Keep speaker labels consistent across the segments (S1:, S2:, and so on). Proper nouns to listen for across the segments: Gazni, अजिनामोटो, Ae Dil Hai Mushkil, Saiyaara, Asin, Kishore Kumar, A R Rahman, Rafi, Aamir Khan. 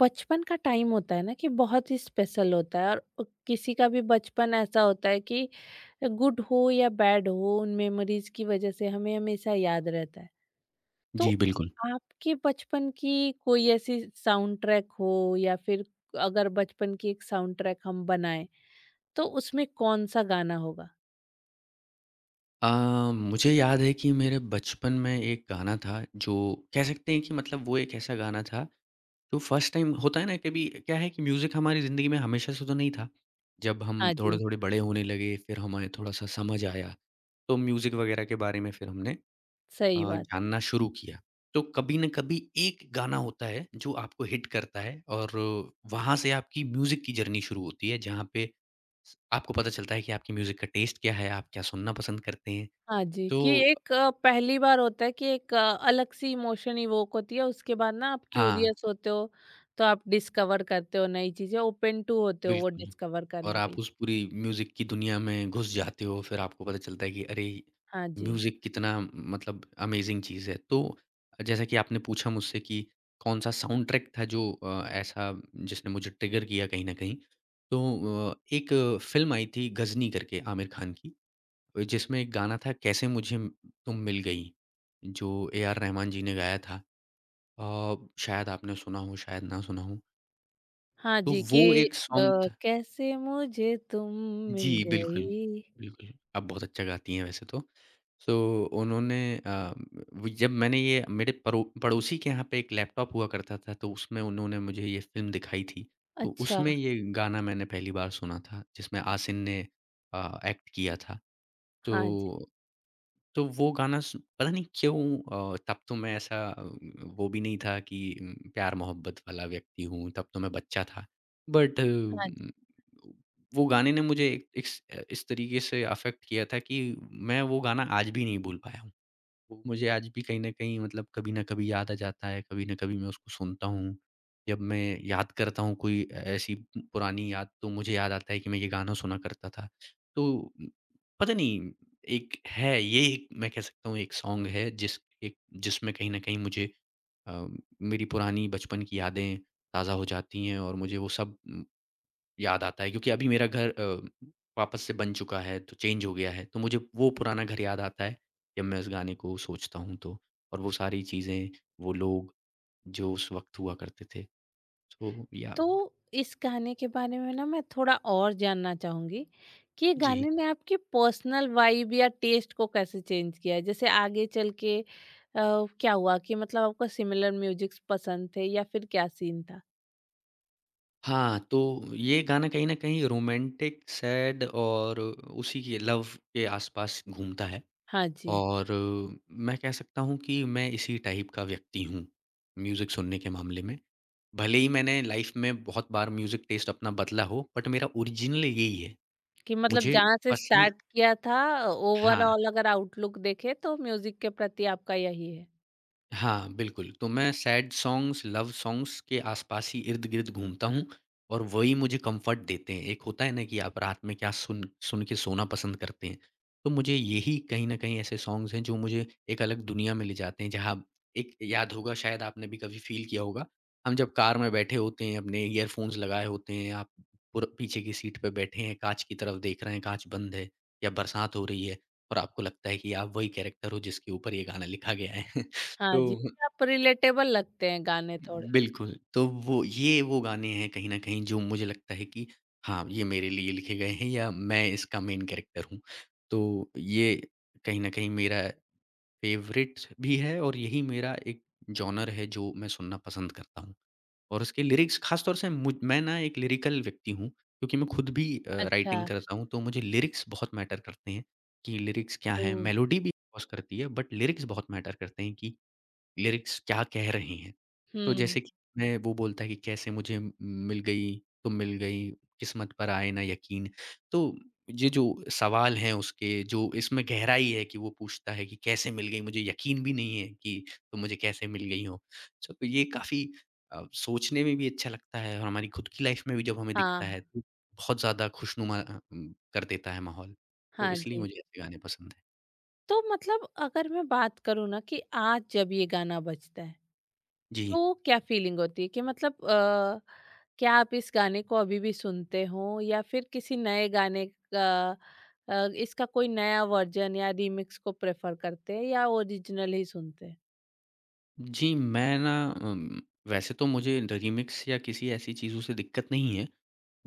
S1: बचपन का time होता है ना कि बहुत ही special होता है। और किसी का भी बचपन ऐसा होता है कि गुड हो या बैड हो, उन मेमोरीज की वजह से हमें हमेशा याद रहता है। तो
S2: जी, बिल्कुल।
S1: आपके बचपन की कोई ऐसी साउंड ट्रैक हो या फिर अगर बचपन की एक साउंड ट्रैक हम बनाएं, तो उसमें कौन सा गाना होगा?
S2: अ, मुझे याद है कि मेरे बचपन में एक गाना था जो कह सकते हैं कि मतलब वो एक ऐसा गाना था जो फर्स्ट टाइम होता है ना कभी क्या है कि म्यूज़िक हमारी ज़िंदगी में हमेशा से तो नहीं था। जब हम
S1: हाँ जी।
S2: थोड़े-थोड़े बड़े होने लगे, फिर हमें थोड़ा-सा समझ आया, तो म्यूज़िक वगैरह के बारे में फिर हमने
S1: सही बात।
S2: जानना शुरू किया, तो कभी न कभी एक गाना होता है जो आपको हिट करता है और वहाँ से आपकी म्यूज़िक की जर्नी शुरू होती है जहाँ पे स आपको पता चलता है कि आपकी म्यूज़िक का टेस्ट क्या है, आप क्या सुनना पसंद करते हैं।
S1: हाँ जी,
S2: तो
S1: कि एक पहली बार होता है कि एक अलग सी इमोशन इवोक होती है। उसके बाद ना आप
S2: हाँ।
S1: क्यूरियस होते हो, तो आप डिस्कवर करते हो नई चीज़ें, ओपन टू होते हो वो
S2: बिल्कुल।
S1: डिस्कवर
S2: और
S1: करने के
S2: आप
S1: लिए।
S2: उस पूरी म्यूज़िक की दुनिया में घुस जाते हो, फिर आपको पता चलता है कि अरे!
S1: हाँ जी।
S2: म्यूज़िक कितना मतलब अमेज़िंग चीज़ है। तो जैसा कि आपने पूछा मुझसे कि कौन-सा साउंड ट्रैक था जो ऐसा जिसने मुझे ट्रिगर किया कहीं न कहीं, तो एक फ़िल्म आई थी गज़नी करके आमिर खान की, जिसमें एक गाना था कैसे मुझे तुम मिल गई, जो ए आर रहमान जी ने गाया था। अ, शायद आपने सुना हो, शायद ना सुना हो।
S1: हाँ
S2: तो
S1: जी,
S2: वो
S1: कि
S2: एक सॉन्ग था।
S1: कैसे मुझे तुम मिल
S2: जी,
S1: गई।
S2: बिल्कुल। बिल्कुल, आप बहुत अच्छा गाती हैं वैसे तो। सो उन्होंने अ, व जब मैंने ये मेरे परो पड़ोसी के यहाँ पे एक लैपटॉप हुआ करता था, तो उसमें उन्होंने मुझे ये फ़िल्म दिखाई थी। तो
S1: अच्छा।
S2: उसमें ये गाना मैंने पहली बार सुना था, जिसमें आसिन ने एक्ट किया था।
S1: हाँ जी।
S2: तो वो गाना सु पता नहीं क्यों तब तो मैं ऐसा वो भी नहीं था कि प्यार-मोहब्बत वाला व्यक्ति हूँ, तब तो मैं बच्चा था। बट
S1: हाँ जी।
S2: वो गाने ने मुझे इस इस तरीके से अफ़ेक्ट किया था कि मैं वो गाना आज भी नहीं भूल पाया हूँ। वो मुझे आज भी कहीं न कहीं मतलब कभी न कभी याद आ जाता है, कभी न कभी मैं उसको सुनता हूँ। जब मैं याद करता हूँ कोई ऐ ऐसी पुरानी याद तो मुझे याद आता है कि मैं ये गाना सुना करता था। तो पता नहीं एक है ये एक मैं कह सकता हूँ एक सॉन्ग है जिस एक जिसमें कहीं न कहीं मुझे अ, मेरी पुरानी बचपन की यादें ताज़ा हो जाती हैं और मुझे वो सब याद आता है क्योंकि अभी मेरा घर वापस से बन चुका है, तो चेंज हो गया है, तो मुझे वो पुराना घर याद आता है जब मैं उस गाने को सोचता हूँ तो। और वो सारी चीज़ें, वो लोग जो उस वक़्त हुआ करते थे। तो या
S1: तो इस गाने के बारे में ना मैं थोड़ा और जानना चाहूंगी कि ये
S2: जी।
S1: गाने ने आपकी पर्सनल वाइब या टेस्ट को कैसे चेंज किया है, जैसे आगे चल के क्या हुआ कि मतलब आपको सिमिलर म्यूजिक्स पसंद थे या फिर क्या सीन था?
S2: हाँ, तो ये गाना कहीं न कहीं रोमांटिक, सैड और उसी के लव के आस-पास घूमता है।
S1: हाँ जी।
S2: और मैं कह सकता हूँ कि मैं इसी टाइप का व्यक्ति हूँ, म्यूज़िक सुनने के मामले में। भले ही मैंने लाइफ़ में बहुत बार म्यूज़िक टेस्ट अपना बदला हो, बट मेरा ओरिजिनल यही है।
S1: कि मतलब
S2: मुझे
S1: जहाँ से
S2: पसंद
S1: स्टार्ट किया था,
S2: हाँ।
S1: ओवरऑल अगर आउटलुक देखे तो म्यूजिक के प्रति आपका यही है।
S2: हाँ, बिल्कुल। तो मैं सैड सॉन्ग्स, लव सॉन्ग्स के आसपास ही इर्द-गिर्द घूमता हूँ और वही मुझे कम्फ़र्ट देते हैं। एक होता है ना कि आप रात में क्या सुन सुन के सोना पसंद करते हैं। तो मुझे यही कहीं न कहीं ऐसे सॉन्ग्स हैं जो मुझे एक अलग दुनिया में ले जाते हैं जहाँ एक याद होगा शायद आपने भी कभी फ़ील किया होगा, हम जब कार में बैठे होते हैं, अपने ईयरफ़ोन्स लगाए होते हैं, आप पूर पीछे की सीट पे बैठे हैं, काँच की तरफ देख रहे हैं, काँच बंद है या बरसात हो रही है और आपको लगता है कि आप वही कैरेक्टर हो जिसके ऊपर ये गाना लिखा गया है।
S1: हाँ
S2: तो
S1: जी। आप रिलेटेबल लगते हैं गाने थोड़े।
S2: बिल्कुल, तो वो ये वो गाने हैं कहीं न कहीं जो मुझे लगता है कि हाँ, ये मेरे लिए लिखे गए हैं या मैं इसका मेन कैरेक्टर हूँ। तो ये कहीं न कहीं मेरा फ़ेवरेट भी है और यही मेरा एक जॉनर है जो मैं सुनना पसंद करता हूँ। और उसके लिरिक्स ख़ास तौर से मुझ मैं ना एक लिरिकल व्यक्ति हूँ, क्योंकि मैं खुद भी
S1: अच्छा।
S2: राइटिंग करता हूँ, तो मुझे लिरिक्स बहुत मैटर करते हैं कि लिरिक्स क्या
S1: ओ।
S2: हैं? मेलोडी भी, ऑफ़ कोर्स, करती है बट लिरिक्स बहुत मैटर करते हैं कि लिरिक्स क्या कह रही हैं। तो
S1: हम्म।
S2: जैसे कि मैं वो बोलता है कि कैसे मुझे मिल गई, तुम मिल गई, किस्मत पर आए ना यकीन। तो ये जो सवाल हैं उसके जो इसमें गहराई है कि वो पूछता है कि कैसे मिल गई? मुझे यकीन भी नहीं है कि तुम मुझे कैसे मिल गई हो। सो तो ये काफ़ी सोचने में भी अच्छा लगता है और हमारी खुद की लाइफ़ में भी जब हमें दिखता
S1: हाँ।
S2: है तो बहुत ज़्यादा खुशनुमा कर देता है माहौल। तो
S1: हाँ
S2: इसलिए
S1: जी।
S2: मुझे ऐसे गाने पसंद हैं।
S1: तो मतलब अगर मैं बात करूँ ना कि आज जब ये गाना बजता है,
S2: जी।
S1: तो क्या फीलिंग होती है कि मतलब क्या आप इस गाने को अभी भी सुनते हो या फिर किसी नए गाने का इसका कोई नया वर्जन या रीमिक्स को प्रेफर करते हैं या ओरिजिनल ही सुनते हैं?
S2: जी, मैं ना वैसे तो मुझे रीमिक्स या किसी ऐसी चीज़ों से दिक्कत नहीं है,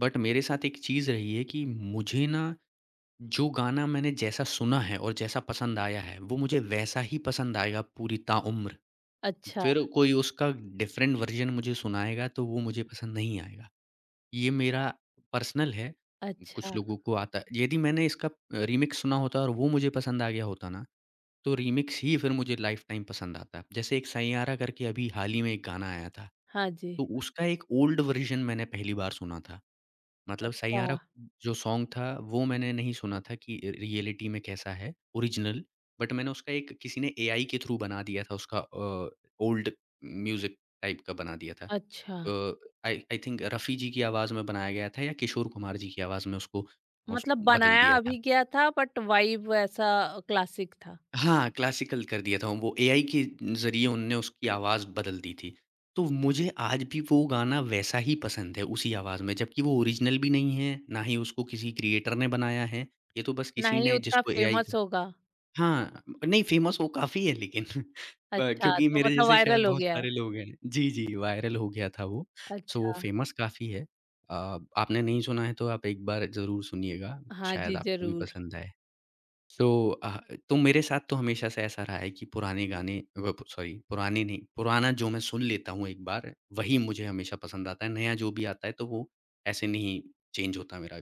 S2: बट मेरे साथ एक चीज़ रही है कि मुझे ना जो गाना मैंने जैसा सुना है और जैसा पसंद आया है, वो मुझे वैसा ही पसंद आएगा पूरी ताउम्र।
S1: अच्छा।
S2: फिर कोई उसका डिफ़रेंट वर्ज़न मुझे सुनाएगा, तो वो मुझे पसंद नहीं आएगा। ये मेरा पर्सनल है, कुछ
S1: अच्छा।
S2: लोगों को आता है। यदि मैंने इसका रीमिक्स सुना होता और वो मुझे पसंद आ गया होता ना तो रीमिक्स ही फिर मुझे लाइफ टाइम पसंद आता है। जैसे एक सैयारा करके अभी हाल ही में एक गाना आया था,
S1: हाँ जी।
S2: तो उसका एक ओल्ड वर्ज़न मैंने पहली बार सुना था। मतलब
S1: अच्छा।
S2: सैयारा जो सॉन्ग था वो मैंने नहीं सुना था कि रियलिटी में कैसा है ओरिजिनल, बट मैंने उसका एक किसी ने एआई के थ्रू बना दिया था उसका ओल्ड म्यूज़िक टाइप का बना दिया था।
S1: अच्छा।
S2: आई आई थिंक रफ़ी जी की आवाज़ में बनाया गया था या किशोर कुमार जी की आवाज़ में उसको उस
S1: मतलब
S2: बदल
S1: बनाया
S2: दिया था।
S1: अभी गया था बट वाइब ऐसा क्लासिक था।
S2: हाँ, क्लासिकल कर दिया था वो एआई के ज़रिए उनने उसकी आवाज़ बदल दी थी। तो मुझे आज भी वो गाना वैसा ही पसंद है उसी आवाज़ में जबकि वो ओरिजिनल भी नहीं है, ना ही उसको किसी क्रिएटर ने बनाया है। ये तो बस
S1: ना
S2: किसी
S1: ही
S2: ने
S1: उतना
S2: जिसको एआई का
S1: फेमस होगा।
S2: हाँ, नहीं फ़ेमस वो काफ़ी है लेकिन
S1: अच्छा,
S2: क्योंकि
S1: तो
S2: मेरे
S1: मतलब
S2: जैसे शायद
S1: वायरल हो
S2: बहुत
S1: गया है।
S2: सारे लोग हैं। जी, जी, वायरल हो गया था वो। सो वो
S1: अच्छा।
S2: फ़ेमस काफ़ी है। अ, आपने नहीं सुना है तो आप एक बार ज़रूर सुनिएगा,
S1: हाँ
S2: शायद
S1: जी,
S2: आपको भी
S1: ज़रूर।
S2: पसंद आए। सो अ, तो मेरे साथ तो हमेशा से ऐसा रहा है कि पुराने गाने व सॉरी पुराने नहीं, पुराना जो मैं सुन लेता हूँ एक बार, वही मुझे हमेशा पसंद आता है। नया जो भी आता है तो वो ऐसे नहीं चेंज होता मेरा,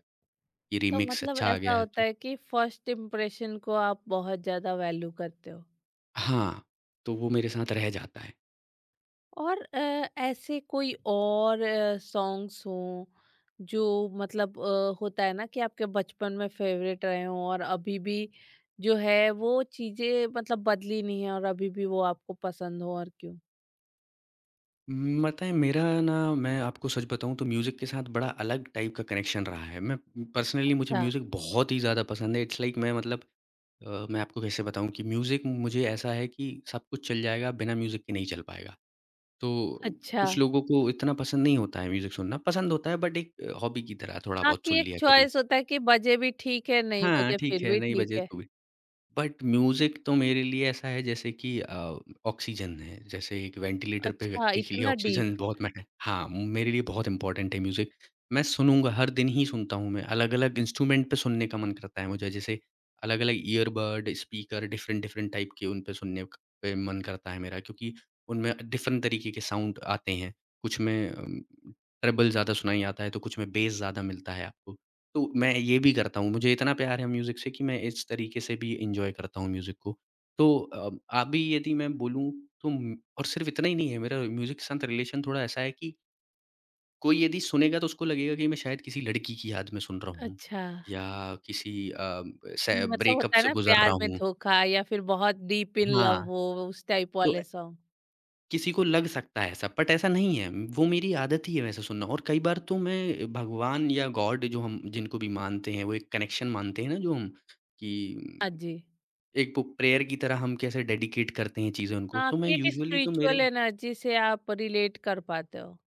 S2: ये
S1: तो
S2: रीमिक्स
S1: मतलब
S2: अच्छा आ
S1: ऐसा
S2: गया है
S1: होता
S2: तो
S1: है कि फर्स्ट इम्प्रेशन को आप बहुत ज़्यादा वैल्यू करते हो।
S2: हाँ, तो वो मेरे साथ रह जाता है।
S1: और ऐसे कोई और सॉन्ग्स हों जो मतलब होता है ना कि आपके बचपन में फेवरेट रहे हों और अभी भी जो है वो चीज़ें मतलब बदली नहीं है और अभी भी वो आपको पसंद हो, और क्यों?
S2: पता है मेरा ना मैं आपको सच बताऊँ तो म्यूज़िक के साथ बड़ा अलग टाइप का कनेक्शन रहा है। मैं पर्सनली मुझे
S1: अच्छा।
S2: म्यूज़िक बहुत ही ज़्यादा पसंद है। इट्स लाइक मैं मतलब मैं आपको कैसे बताऊँ कि म्यूज़िक मुझे ऐसा है कि सब कुछ चल जाएगा, बिना म्यूज़िक के नहीं चल पाएगा। तो
S1: अच्छा।
S2: कुछ लोगों को इतना पसंद नहीं होता है म्यूज़िक सुनना, पसंद होता है बट एक हॉबी की तरह थोड़ा
S1: हाँ,
S2: बहुत
S1: कि
S2: सुन
S1: एक
S2: लिया कभी।
S1: चॉइस होता है कि बजे भी ठीक है, नहीं
S2: हाँ,
S1: बजे
S2: ठीक
S1: फिर
S2: है,
S1: भी
S2: नहीं
S1: ठीक
S2: बजे
S1: है।
S2: तो भी। बट म्यूज़िक तो मेरे लिए ऐसा है जैसे कि ऑक्सीजन है, जैसे एक वेंटिलेटर पे
S1: अच्छा,
S2: व्यक्ति के लिए
S1: इतना
S2: ऑक्सीजन
S1: डीप।
S2: बहुत मैटर हाँ, मेरे लिए बहुत इम्पोर्टेंट है म्यूज़िक। मैं सुनूँगा, हर दिन ही सुनता हूँ मैं, अलग-अलग इंस्ट्रूमेंट पे सुनने का मन करता है मुझे, जैसे अलग-अलग ईयरबड, स्पीकर, डिफ़रेंट-डिफ़रेंट टाइप के उन पे सुनने क पे मन करता है मेरा क्योंकि उनमें डिफ़रेंट तरीके के साउंड आते हैं। कुछ में ट्रबल ज़्यादा सुनाई आता है, तो कुछ में बेस ज़्यादा मिलता है आपको। तो मैं ये भी करता हूँ, मुझे इतना प्यार है म्यूज़िक से कि मैं इस तरीके से भी एन्जॉय करता हूँ म्यूज़िक को। तो अभी यदि मैं बोलूँ तो म और सिर्फ़ इतना ही नहीं है, मेरा म्यूज़िक के साथ रिलेशन थोड़ा ऐसा है कि कोई यदि सुनेगा तो उसको लगेगा कि मैं शायद किसी लड़की की याद में सुन रहा हूँ
S1: अच्छा।
S2: या किसी से
S1: मतलब
S2: ब्रेकअप
S1: होता है
S2: से
S1: ना,
S2: गुज़र रहा
S1: प्यार में
S2: हूँ।
S1: धोखा या फिर बहुत डीप इन लव
S2: हाँ,
S1: हो, उस टाइप
S2: तो
S1: वाले सॉन्ग।
S2: किसी को लग सकता है ऐसा, बट ऐसा नहीं है, वो मेरी आदत ही है वैसे सुनना और कई बार तो मैं भगवान या गॉड जो हम जिनको भी मानते हैं, वो एक कनेक्शन मानते हैं ना जो हम
S1: हाँ
S2: कि
S1: जी।
S2: एक बुक प्रेयर की तरह हम कैसे डेडिकेट करते हैं चीज़ें उनको,
S1: हाँ,
S2: तो मैं
S1: कि एक
S2: यूजुअली तो मेरे
S1: स्पिरिचुअल एनर्जी से आप रिलेट कर पाते हो।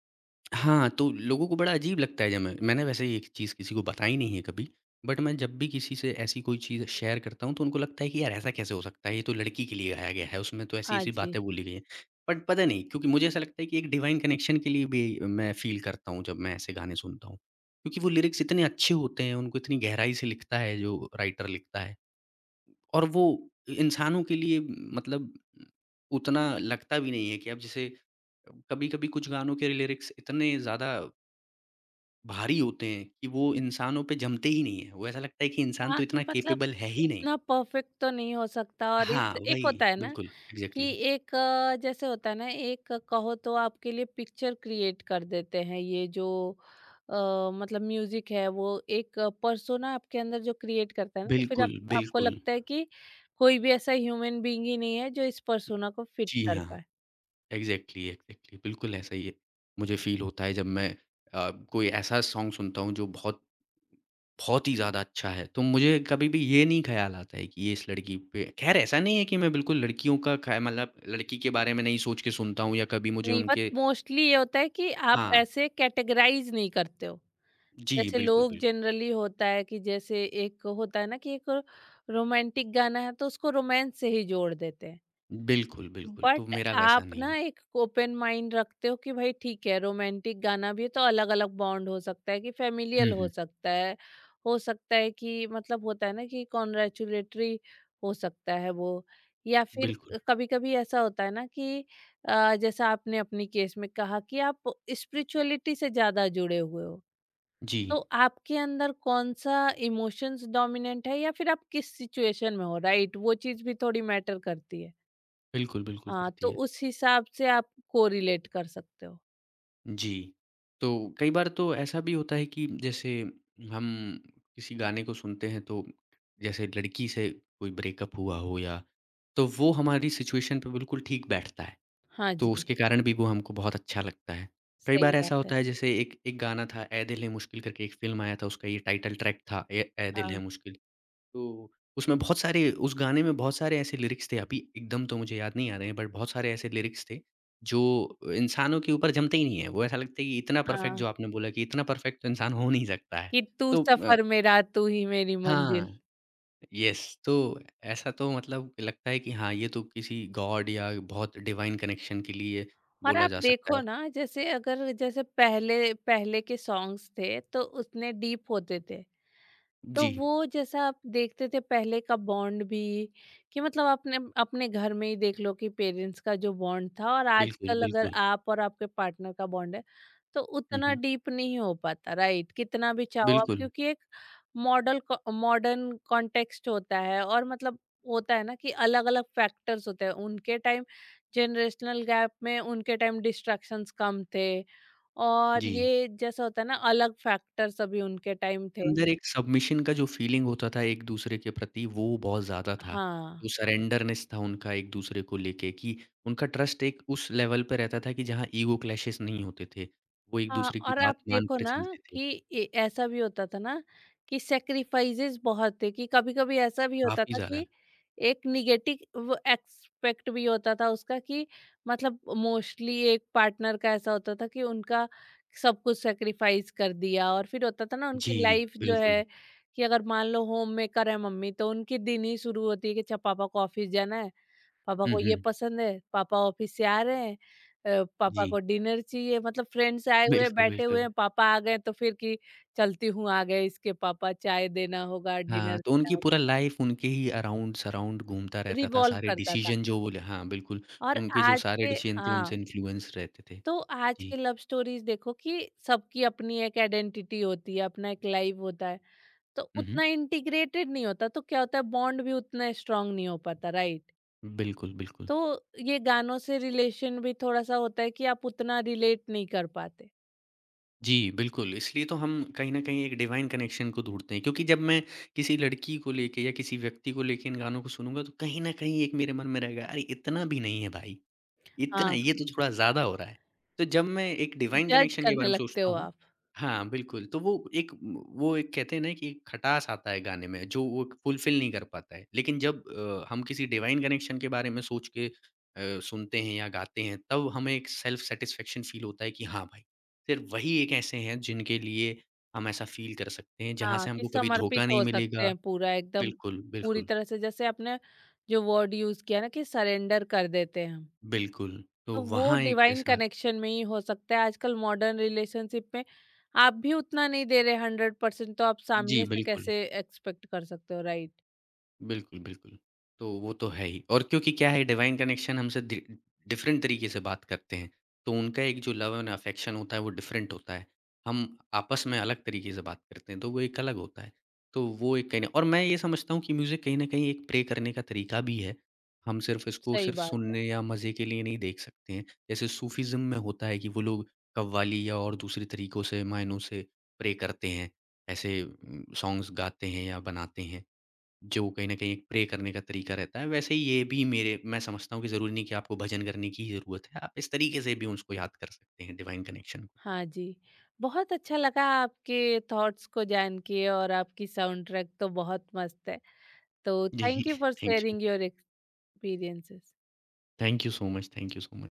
S2: हाँ, तो लोगों को बड़ा अजीब लगता है जब मैंने वैसे ये चीज़ किसी को बताई नहीं है कभी, बट मैं जब भी किसी से ऐसी कोई चीज़ शेयर करता हूँ, तो उनको लगता है कि यार ऐसा कैसे हो सकता है, ये तो लड़की के लिए गाया गया है, उसमें तो
S1: हाँ
S2: ऐसी-ऐसी
S1: जी।
S2: बातें बोली गई हैं। बट पता नहीं क्योंकि मुझे ऐसा लगता है कि एक डिवाइन कनेक्शन के लिए भी मैं फ़ील करता हूँ जब मैं ऐसे गाने सुनता हूँ, क्योंकि वो लिरिक्स इतने अच्छे होते हैं, उनको इतनी गहराई से लिखता है जो राइटर लिखता है। और वो इंसानों के लिए मतलब उतना लगता भी नहीं है कि अब जैसे कभी-कभी कुछ गानों के लिरिक्स इतने ज़्यादा भारी होते हैं कि वो इंसानों पे जमते ही नहीं है। वो ऐसा लगता है कि इंसान तो
S1: हाँ, कि
S2: इतना
S1: मतलब
S2: कैपेबल है ही नहीं।
S1: इतना परफेक्ट तो नहीं हो सकता, और
S2: हाँ,
S1: इस एक
S2: वही।
S1: होता है ना
S2: बिल्कुल,
S1: कि
S2: एग्ज़ैक्टली।
S1: एक जैसे होता है ना एक कहो तो आपके लिए पिक्चर क्रिएट कर देते हैं ये जो अ, मतलब म्यूजिक है, वो एक पर्सोना आपके अंदर जो क्रिएट करता है ना, तो फिर आप,
S2: बिल्कुल,
S1: आपको
S2: बिल्कुल।
S1: लगता है कि कोई भी ऐसा ह्यूमन बीइंग ही नहीं है जो इस पर्सोना को फिट
S2: जी
S1: कर
S2: हाँ।
S1: पाए।
S2: एग्ज़ैक्टली, एग्ज़ैक्टली, बिल्कुल ऐसा ही है। मुझे फ़ील होता है जब मैं कोई ऐसा सॉन्ग सुनता हूँ जो बहुत बहुत ही ज़्यादा अच्छा है, तो मुझे कभी भी ये नहीं ख़्याल आता है कि ये इस लड़की पे ख़ैर ऐसा नहीं है कि मैं बिल्कुल लड़कियों का ख़ै मतलब लड़की के बारे में नहीं सोच के सुनता हूँ या कभी मुझे
S1: नहीं, बट
S2: उनके
S1: मोस्टली ये होता है कि आप
S2: हाँ,
S1: ऐसे कैटेगराइज नहीं करते हो
S2: जी,
S1: जैसे
S2: बिल्कुल,
S1: लोग
S2: बिल्कुल।
S1: जनरली। होता है कि जैसे एक होता है ना कि एक रोमांटिक गाना है, तो उसको रोमांस से ही जोड़ देते हैं।
S2: बिल्कुल, बिल्कुल,
S1: बट
S2: तो मेरा वैसा
S1: आप
S2: नहीं है।
S1: ना एक ओपन माइंड रखते हो कि भाई ठीक है, रोमांटिक गाना भी है तो अलग अलग बॉन्ड हो सकता है, कि
S2: हुँ,
S1: फैमिलियल हो
S2: हुँ,
S1: सकता है, हो सकता है कि मतलब होता है ना कि कॉन्ग्रेचुलेटरी हो सकता है वो, या फिर
S2: बिल्कुल।
S1: कभी कभी ऐसा होता है ना कि जैसा आपने अपनी केस में कहा कि आप स्पिरिचुअलिटी से ज्यादा जुड़े हुए हो,
S2: जी,
S1: तो आपके अंदर कौन सा इमोशंस डोमिनेंट है या फिर आप किस सिचुएशन में हो राइट, वो चीज भी थोड़ी मैटर करती है।
S2: बिल्कुल, बिल्कुल
S1: हाँ,
S2: करती
S1: तो
S2: है।
S1: उस हिसाब से आप कोरिलेट कर सकते हो।
S2: जी। तो कई बार तो ऐसा भी होता है कि जैसे हम किसी गाने को सुनते हैं तो जैसे लड़की से कोई ब्रेकअप हुआ हो या तो वो हमारी सिचुएशन पे बिल्कुल ठीक बैठता है,
S1: हाँ
S2: तो
S1: जी,
S2: उसके कारण भी वो हमको बहुत अच्छा लगता है। कई
S1: सही
S2: बार ऐसा
S1: बात है।
S2: होता है जैसे एक एक गाना था ए दिल है मुश्किल करके एक फ़िल्म आया था उसका ये टाइटल ट्रैक था ए ए दिल
S1: हाँ।
S2: है मुश्किल। तो उसमें बहुत सारे उस गाने में बहुत सारे ऐसे लिरिक्स थे, अभी एकदम तो मुझे याद नहीं आ रहे हैं, बट बहुत सारे ऐसे लिरिक्स थे, जो इंसानों के ऊपर जमते ही नहीं हैं। वो ऐसा लगता है कि इतना परफेक्ट
S1: हाँ,
S2: जो आपने बोला कि इतना परफेक्ट तो इंसान हो नहीं सकता है।
S1: कि तू
S2: तो
S1: सफ़र मेरा तू ही मेरी मंजिल।
S2: हाँ, येस तो ऐसा तो मतलब लगता है कि हाँ, ये तो किसी गॉड या बहुत डिवाइन कनेक्शन के लिए
S1: और
S2: बोला
S1: आप
S2: जा सकता
S1: देखो
S2: है।
S1: ना, जैसे अगर जैसे पहले पहले के सॉन्ग्स थे तो उतने डीप होते थे। तो
S2: जी,
S1: वो जैसा आप देखते थे, पहले का बॉन्ड भी कि मतलब अपने अपने घर में ही देख लो कि पेरेंट्स का जो बॉन्ड था और
S2: बिल्कुल,
S1: आजकल अगर
S2: बिल्कुल।
S1: आप और आपके पार्टनर का बॉन्ड है, तो
S2: हुँ,
S1: उतना
S2: हुँ।
S1: डीप नहीं हो पाता राइट, कितना भी चाहो आप,
S2: बिल्कुल,
S1: क्योंकि एक मॉडल मॉडर्न कॉन्टेक्स्ट होता है। और मतलब होता है ना कि अलग अलग फैक्टर्स होते हैं उनके टाइम, जनरेशनल गैप में उनके टाइम डिस्ट्रैक्शंस कम थे, और
S2: जी।
S1: ये जैसा होता है ना, अलग फैक्टर्स अभी उनके टाइम थे।
S2: अंदर एक सबमिशन का जो फीलिंग होता था एक दूसरे के प्रति वो बहुत ज़्यादा था।
S1: हाँ।
S2: वो सरेंडरनेस था उनका एक दूसरे को लेके कि उनका ट्रस्ट एक उस लेवल पे रहता था कि जहाँ ईगो क्लैशेस नहीं होते थे। वो एक
S1: हाँ,
S2: दूसरे की
S1: और आप
S2: बात
S1: देखो
S2: मानकर
S1: ना
S2: चलते थे,
S1: कि ऐसा भी होता था ना कि सेक्रीफाइसेस बहुत थे, कि कभी कभी ऐसा भी होता
S2: काफ़ी
S1: था
S2: ज़्यादा।
S1: कि एक निगेटिव एक्सपेक्ट भी होता था उसका, कि मतलब मोस्टली एक पार्टनर का ऐसा होता था कि उनका सब कुछ सेक्रीफाइस कर दिया, और फिर होता था ना
S2: जी,
S1: उनकी लाइफ जो
S2: बिल्कुल।
S1: है कि अगर मान लो होम मेकर है मम्मी, तो उनके दिन ही शुरू होती है कि अच्छा पापा को ऑफिस जाना है, पापा
S2: हुँ,
S1: को
S2: हुँ।
S1: ये पसंद है, पापा ऑफिस से आ रहे हैं, पापा
S2: जी,
S1: को डिनर चाहिए, मतलब फ्रेंड्स आए हुए हैं,
S2: बिल्कुल,
S1: बैठे हुए
S2: बिल्कुल।
S1: हैं, पापा आ गए तो फिर कि चलती हूँ आ गए इसके पापा, चाय देना होगा,
S2: हाँ,
S1: डिनर
S2: तो
S1: देना
S2: उनकी
S1: होगा,
S2: पूरा लाइफ़ उनके ही अराउंड-सराउंड घूमता रहता था,
S1: रिवॉल्व
S2: सारे
S1: करता था।
S2: डिसीज़न जो वो ले हाँ, बिल्कुल।
S1: और
S2: उनके जो
S1: आज
S2: सारे
S1: के,
S2: डिसीज़न थे
S1: हाँ,
S2: उनसे इन्फ्लुएंस रहते थे।
S1: तो आज के
S2: जी।
S1: लव स्टोरीज़ देखो कि सबकी अपनी एक आइडेंटिटी होती है, अपना एक लाइफ होता है, तो
S2: हुँ, हुँ।
S1: उतना इंटीग्रेटेड नहीं होता, तो क्या होता है बॉन्ड भी उतना स्ट्रॉन्ग नहीं हो पाता, राइट?
S2: बिल्कुल, बिल्कुल।
S1: तो ये गानों से रिलेशन भी थोड़ा-सा होता है कि आप उतना रिलेट नहीं कर पाते।
S2: जी, बिल्कुल, इसलिए तो हम कहीं न कहीं एक डिवाइन कनेक्शन को ढूँढते हैं क्योंकि जब मैं किसी लड़की को लेके या किसी व्यक्ति को लेके इन गानों को सुनूँगा तो कहीं न कहीं एक मेरे मन में रहेगा, अरे! इतना भी नहीं है भाई। इतना
S1: हाँ,
S2: ये तो थोड़ा ज़्यादा हो रहा है। तो जब मैं एक डिवाइन
S1: जज
S2: कनेक्शन के
S1: करने
S2: बारे में
S1: लगते
S2: सोचता
S1: हो
S2: हूँ
S1: आप।
S2: हाँ, बिल्कुल, तो वो एक कहते हैं ना कि खटास आता है गाने में जो वो फुलफ़िल नहीं कर पाता है। लेकिन जब हम किसी डिवाइन कनेक्शन के बारे में सोच के सुनते हैं या गाते हैं तब हमें एक सेल्फ सैटिस्फैक्शन फ़ील होता है कि हाँ भाई, सिर्फ़ वही एक ऐसे हैं जिनके लिए हम ऐसा फ़ील कर सकते हैं जहाँ
S1: हाँ,
S2: से
S1: कि
S2: हमको कभी
S1: समर्पित
S2: धोखा नहीं
S1: हो सकते
S2: मिलेगा।
S1: हैं पूरा एकदम,
S2: बिल्कुल,
S1: पूरी
S2: बिल्कुल,
S1: तरह से जैसे आपने जो वर्ड यूज़ किया ना कि सरेंडर कर देते हैं हम।
S2: बिल्कुल। तो
S1: तो वो
S2: वहाँ एक
S1: डिवाइन
S2: ऐसा
S1: कनेक्शन में ही हो सकता है, आजकल मॉडर्न रिलेशनशिप में आप भी उतना नहीं दे रहे 100%, तो आप
S2: जी,
S1: सामने से
S2: बिल्कुल।
S1: कैसे एक्सपेक्ट कर सकते हो राइट।
S2: बिल्कुल, बिल्कुल। तो वो तो है ही और क्योंकि क्या है डिवाइन कनेक्शन हमसे डि डिफरेंट तरीके से बात करते हैं, तो उनका एक जो लव एंड अफेक्शन होता है वो डिफरेंट होता है। हम आपस में अलग तरीके से बात करते हैं, तो वो एक अलग होता है। तो वो एक कहीं न और मैं ये समझता हूँ कि म्यूज़िक कहीं न कहीं एक प्ले करने का तरीका भी है। हम सिर्फ़ इसको
S1: सही
S2: सिर्फ़
S1: बात है।
S2: सुनने या मज़े के लिए नहीं देख सकते हैं। जैसे सूफ़ीज़्म में होता है कि वो लोग कव्वाली या और दूसरे तरीकों से मायनों से प्रे करते हैं। ऐसे सॉन्ग्स गाते हैं या बनाते हैं। जो कहीं न कहीं एक प्रे करने का तरीका रहता है, वैसे ही ये भी मेरे मैं समझता हूँ कि ज़रूरी नहीं कि आपको भजन करने की ही ज़रूरत है। आप इस तरीके से भी उसको याद कर सकते हैं डिवाइन कनेक्शन को।
S1: हाँ जी, बहुत अच्छा लगा आपके थॉट्स को जान के, और आपकी साउंड ट्रैक तो बहुत मस्त है। तो
S2: जी,
S1: thank you for
S2: thank you.
S1: Sharing your experiences.
S2: Thank you so much, thank you so much.